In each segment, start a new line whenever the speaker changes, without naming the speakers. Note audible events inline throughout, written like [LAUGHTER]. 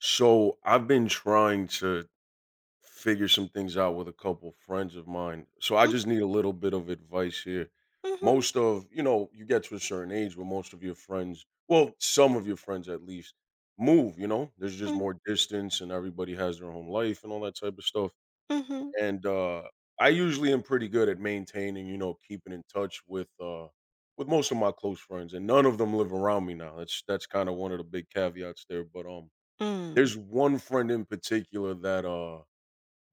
So I've been trying to figure some things out with a couple friends of mine. So I
Mm.
just need a little bit of advice here.
Mhm.
Most of, you know, you get to a certain age where most of your friends, well, some of your friends at least, move, you know? There's just
Mm.
more distance and everybody has their own life and all that type of stuff.
Mhm.
And I usually am pretty good at maintaining, you know, keeping in touch with most of my close friends, and none of them live around me now. That's kind of one of the big caveats there, but
Mm.
there's one friend in particular that, uh,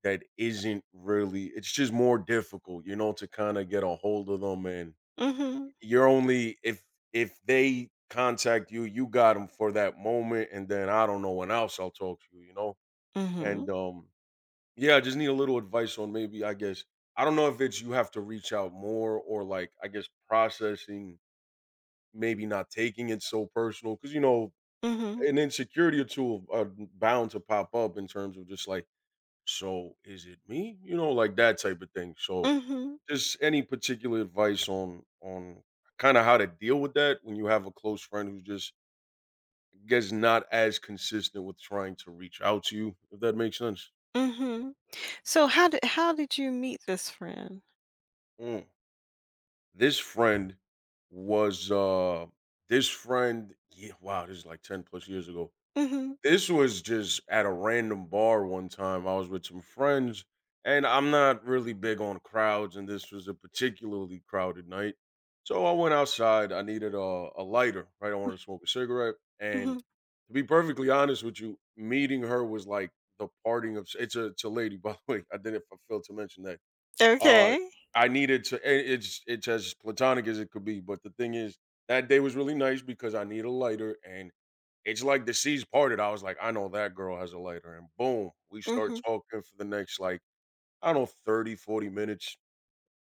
that isn't really, it's just more difficult, you know, to kinda get a hold of them, and
Mhm.
you're only, if they contact you, you got them for that moment, and then I don't know when else I'll talk to you, you know? And,
Mhm.
yeah, I just need a little advice on, maybe, I guess, I don't know if it's you have to reach out more, or, like, I guess, processing, maybe not taking it so personal, because, you know,
Mhm.
an insecurity or 2 are bound to pop up in terms of just, like, so, is it me? You know, like, that type of thing. So,
Mhm.
just any particular advice on kind of how to deal with that when you have a close friend who's just, I guess, not as consistent with trying to reach out to you, if that makes sense.
Mhm. So how did you meet this friend?
Mm. This friend was uh this friend, yeah, wow, this is like 10 plus years ago.
Mhm.
This was just at a random bar one time. I was with some friends, and I'm not really big on crowds, and this was a particularly crowded night. So I went outside. I needed a lighter, right? I wanted to smoke a cigarette. And,
Mhm.
to be perfectly honest with you, meeting her was like, the parting of s- it's a lady, [LAUGHS] by the way. I didn't I failed to mention that. Uh,
Okay.
I needed to eh, it it's as platonic as it could be, but the thing is, that day was really nice, because I need a lighter, and it's like the seas parted. I was like, "I know that girl has a lighter," and boom, we start
Mhm.
talking for the next, like, I don't know, 30, 40 minutes,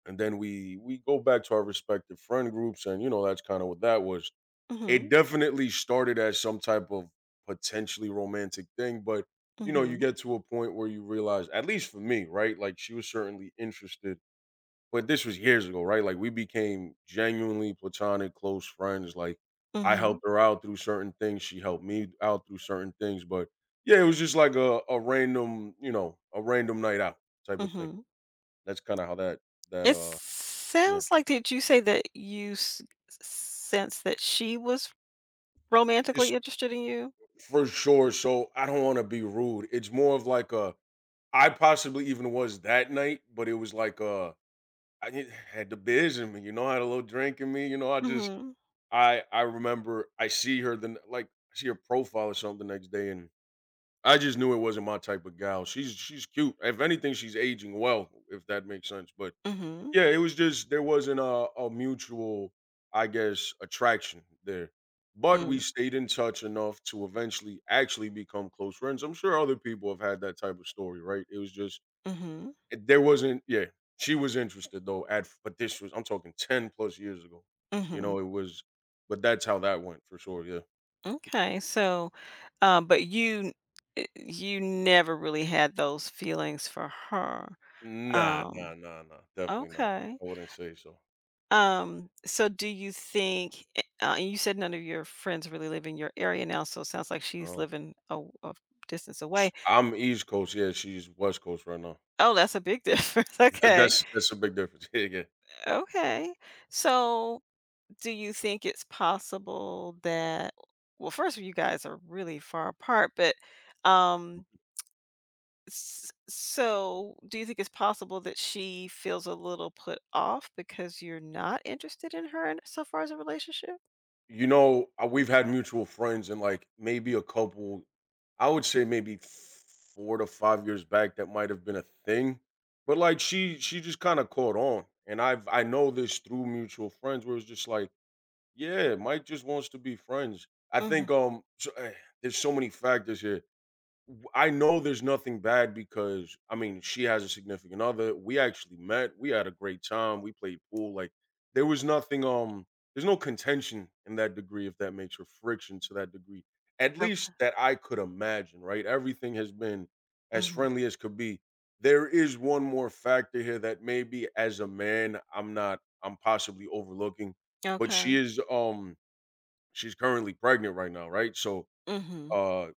and then we go back to our respective friend groups, and, you know, that's kinda what that was. It
Mhm.
definitely started as some type of potentially romantic thing, but, you know, you
Mhm.
get to a point where you realize, at least for me, right, like, she was certainly interested, but this was years ago, right? Like, we became genuinely platonic, close friends. Like, I helped
Mhm.
her out through certain things, she helped me out through certain things, but, yeah, it was just like a random, you know, a random night out type of thing.
Mhm.
That's kinda how that that,
It
uh yeah.
sounds like Did you say that you sense that she was
It's,
romantically interested in you?
for sure, so I don't wanna be rude. It's more of like, a I possibly even was that night, but it was like, I had had the biz in me, you know, I had a little drink in me, you know, I just,
Mhm.
I remember, I see her profile or something the next day, and I just knew it wasn't my type of gal. She's cute. If anything, she's aging well, if that makes sense. But
Mhm.
yeah, it was just, there wasn't a mutual, I guess, attraction there. But we
Mm.
stayed in touch enough to eventually actually become close friends. I'm sure other people have had that type of story, right? It was just,
Mhm.
there wasn't, yeah, she was interested though, at, but this was, I'm talking 10 plus years ago. You know,
Mhm.
it was, but that's how that went, for sure, yeah.
Okay, so, but you you never really had those feelings for her.
Nah, nah,
Um,
nah, nah, definitely not.
okay.
I wouldn't say so.
So do you think, and you said none of your friends really live in your area now, so it sounds like she's
No.
living a distance away.
I'm East Coast, yeah, she's West Coast right now.
Oh, that's a big [LAUGHS] difference.
[LAUGHS]
Okay.
That's a big difference. [LAUGHS] Yeah, yeah.
Okay. So do you think it's possible that, well, first of all, you guys are really far apart, but um so do you think it's possible that she feels a little put off because you're not interested in her, in, so far as a relationship?
You know, we've had mutual friends and, like, maybe a couple, I would say maybe 4 to 5 years back, that might have been a thing, but, like, she just kinda caught on, and I know this through mutual friends, where it's just like, "Yeah, Mike just wants to be friends." I
Hmm.
think, so, there's so many factors here, I know there's nothing bad, because I mean, she has a significant other. We actually met. We had a great time. We played pool. Like, there was nothing. There's no contention in that degree, if that makes her friction to that degree. At least
Okay.
that I could imagine. Right. Everything has been as
Hmm.
friendly as could be. There is one more factor here that maybe as a man I'm not, I'm possibly overlooking, but
Okay.
she is. She's currently pregnant right now. Right. So,
Hmm.
uh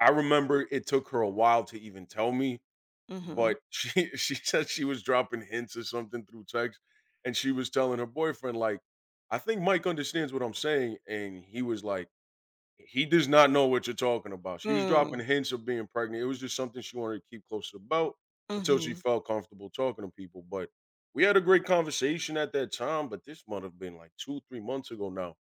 I remember it took her a while to even tell me,
Hmm.
but she [LAUGHS] she said she was dropping hints or something through text, and she was telling her boyfriend, like, "I think Mike understands what I'm saying," and he was like, "He does not know what you're talking about." She was dropping
Mm.
hints of being pregnant. It was just something she wanted to keep close to the belt until she
Hmm.
felt comfortable talking to people, but we had a great conversation at that time. But this might have been like 2, 3 months ago now.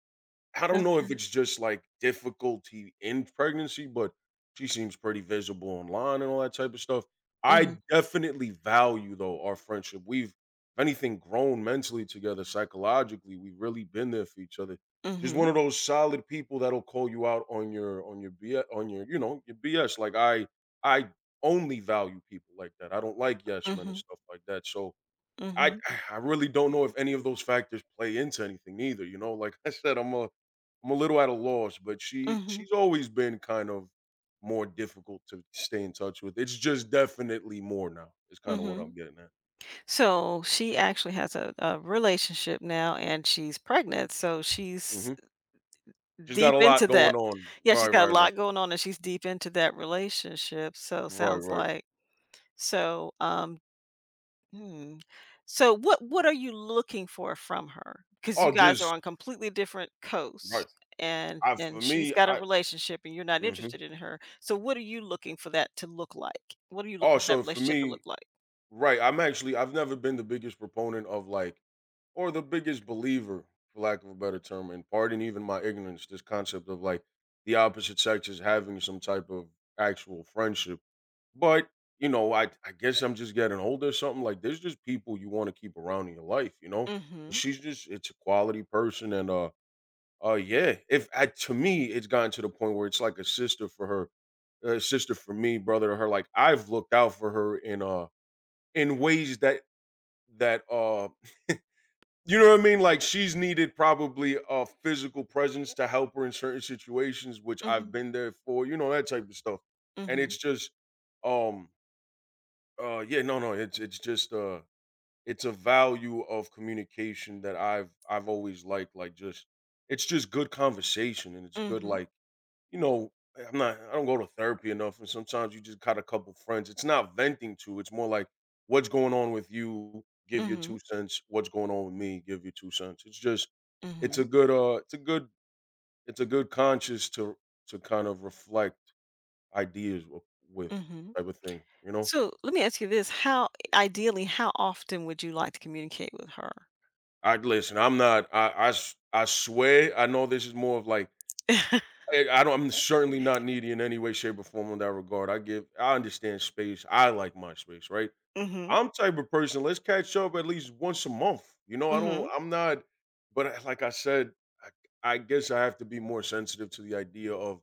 I don't know
Okay.
if it's just like difficulty in pregnancy, but she seems pretty visible online and all that type of stuff. I
Hmm.
definitely value, though, our friendship. We've, if anything, grown mentally together, psychologically. We've really been there for each other. Just
Hmm.
one of those solid people that'll call you out on your BS, on your you know your BS. Like, I only value people like that. I don't like yes men and
Hmm.
stuff like that. So, I
Hmm.
[SIGHS] I really don't know if any of those factors play into anything either, you know? Like, [LAUGHS] I said, I'm a little at a loss, but she
Hmm.
she's always been kind of more difficult to stay in touch with. It's just definitely more now. It's kind of what
Hmm.
I'm getting at.
So she actually has a relationship now and she's pregnant. So she's
Mhm. She's got
deep
a lot
into
going
that.
on.
Yeah,
Right,
she's
right,
got a
right.
lot going on and she's deep into that relationship. So
Right,
sounds
right.
like. So, hmm. So what are you looking for from her? Because
Oh,
you guys are
just,
on completely different coasts,
right.
and
I, for
and she's
me,
got a
I,
relationship and you're not
mhm.
interested in her. So what are you looking for that to look like? What are you
Oh,
looking for that
so for
relationship to
me,
look like?
right, I'm actually, I've never been the biggest proponent of, like, or the biggest believer, for lack of a better term, and pardon even my ignorance, this concept of, like, the opposite sexes having some type of actual friendship. But, you know, I guess I'm just getting older or something. Like, there's just people you want to keep around in your life, you know? And
Mhm.
she's just, it's a quality person, and yeah. If I, To me, it's gotten to the point where it's like a sister for her, a sister for me, brother to her. Like, I've looked out for her in ways that, you know what I mean? Like, she's needed probably a physical presence to help her in certain situations, which I've
Mhm.
been there for, you know, that type of stuff. And
Mhm.
it's just, um yeah, no, no, it's just, it's a value of communication that I've always liked. Like, just, it's just good conversation, and it's good,
Mhm.
like, you know, I don't go to therapy enough, and sometimes you just got a couple friends. It's not venting to, it's more like, what's going on with you, give your
Mhm.
2 cents, what's going on with me, give your 2 cents. It's just it's a
Mhm.
good it's a good It's a good conscious to kind of reflect ideas with
Mhm.
type of thing, you know?
So let me ask you this. How Ideally, how often would you like to communicate with her?
I listen, I'm not, I swear, I know this is more of like,
[LAUGHS]
I don't. I'm certainly not needy in any way, shape, or form in that regard. I give. I understand space. I like my space, right?
Mhm.
I'm type of person, let's catch up at least once a month. You know, I don't,
Mhm.
I'm not, but like I said, I, I guess I have to be more sensitive to the idea of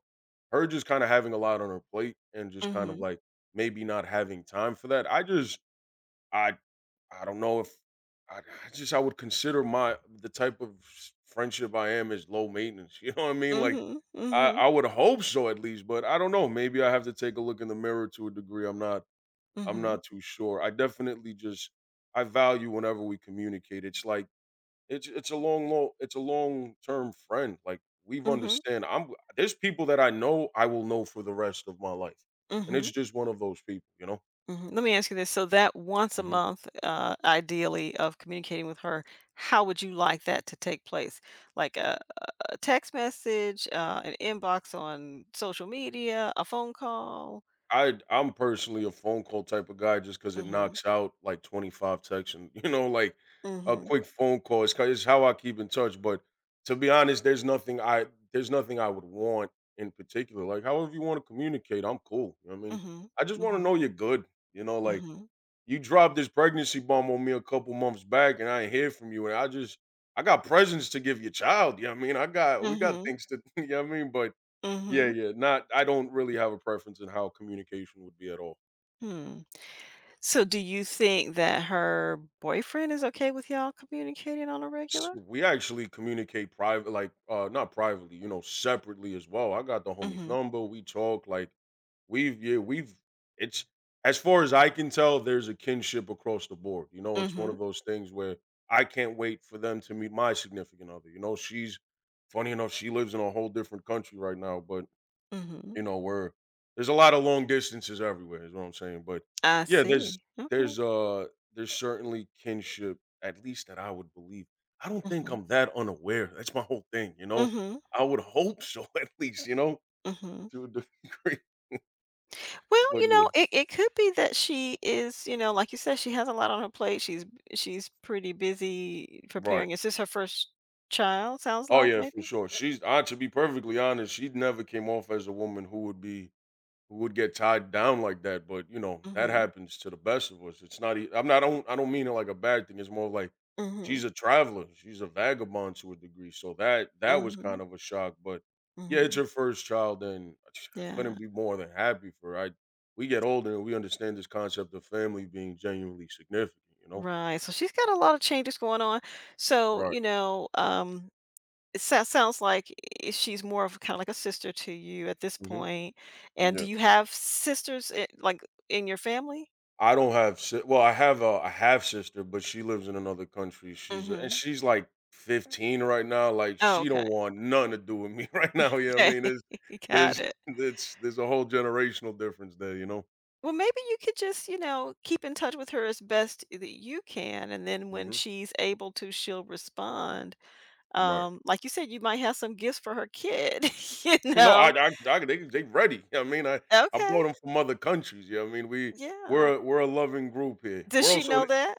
her just kind of having a lot on her plate and just kind of,
Mhm.
like, maybe not having time for that. I just, I I don't know if, I would consider my the type of friendship I am is low maintenance. [LAUGHS] You know what I mean? Like,
Mhm.
I,
Mhm.
I would hope so at least, but I don't know. Maybe I have to take a look in the mirror to a degree. I'm
Mhm.
not too sure. I definitely just I value whenever we communicate. It's a long, it's a long term friend. Like we've
Mhm.
understand. I'm there's people that I know I will know for the rest of my life, and it's
Mhm.
just one of those people.
Mhm. Let me ask you this. So that once a month, ideally, of communicating with her, how would you like that to take place? Like a text message, an inbox on social media, a phone call?
I'm personally a phone call type of guy just because it
Mhm.
knocks out like 25 texts and, [LAUGHS] like a
Mhm.
quick phone call. It's how I keep in touch, but to be honest, there's nothing I would want in particular. Like, however you wanna communicate, I'm cool, you know what I mean?
Mhm.
I just wanna know
Mhm.
you're good, like
Mhm.
you dropped this pregnancy bomb on me a couple months back, and I ain't hear from you. And I got presents to give your child. You know what I mean? We got
Mhm.
things to, [LAUGHS] you know what I mean? But yeah,
Mhm.
yeah, not, I don't really have a preference in how communication would be at all.
Hmm. So do you think that her boyfriend is okay with y'all communicating on a
S
regular?
We actually communicate private, like not privately, you know, separately as well. I got the homie's
Mhm.
number, we talk, like. We've Yeah, we've it's as far as I can tell, there's a kinship across the board, you know? It's one
Mhm.
of those things where I can't wait for them to meet my significant other, you know? She's Funny enough, she lives in a whole different country right now, but
Mhm.
you know, where there's a lot of long distances everywhere, is what I'm saying. But
I
yeah,
see. Okay.
there's uh there's certainly kinship, at least that I would believe. I don't think
Mhm.
I'm that unaware. That's my whole thing, you know.
Mhm.
I would hope so, [LAUGHS] at least, you know,
Mhm.
to a degree. [LAUGHS]
Well,
But
you
yeah,
know, it could be that she is, you know, like you said, she has a lot on her plate. She's pretty busy
right.
preparing. Is this her first child? Sounds
Oh
like
yeah, for
maybe.
sure. She's I, to be perfectly honest, she never came off as a woman who would be who would get tied down like that. But you know that
Mm-hmm.
happens to the best of us. It's not. I'm not. I don't. I don't mean it like a bad thing. It's more like
Mm-hmm.
she's a traveler. She's a vagabond to a degree. So that was kind
Mm-hmm.
of a shock. But yeah, it's
Mm-hmm.
her first child, and I just- I
Yeah.
couldn't be more than happy for her. We get older and we understand this concept of family being genuinely significant. You know.
Right. So she's got a lot of changes going on. So,
Right.
you know, it sounds like she's more of kind of like a sister to you at this
Hmm.
point. And do
Yeah.
you have sisters like in your family?
I don't have si- Well, I have a half sister, but she lives in another country.
Mm-hmm.
She's like 15 right now. Like
Oh,
she
okay.
don't
[LAUGHS]
want nothing to do with me [LAUGHS] right now. You know what I
Okay.
mean?
Got
There's
it.
there's a whole generational difference there. You know?
Well, maybe you could just, you know, keep in touch with her as best that you can, and then when
Hmm.
she's able to, she'll respond.
Right.
Like you said, you might have some gifts for her kid, [LAUGHS] you
No,
know.
I they ready. You know what I mean, I bought
Okay,
them from other countries. You know what I mean?
yeah.
We're a loving group here.
Does she know that?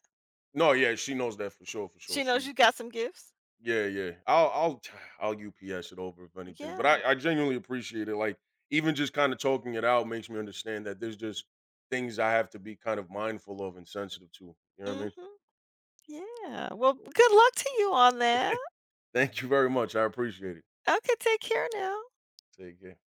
No, yeah, she knows that for sure, for sure.
She knows
She's
you got some gifts?
Yeah, yeah. I'll I'll UPS it over if anything, but
Yeah.
I genuinely appreciate it. Like even just kind of talking it out makes me understand that there's just things I have to be kind of mindful of and sensitive to. You know what I mean?
Mhm. Yeah. Well, good luck to you on that.
Thank you very much. I appreciate it.
Okay, take care now.
Take care.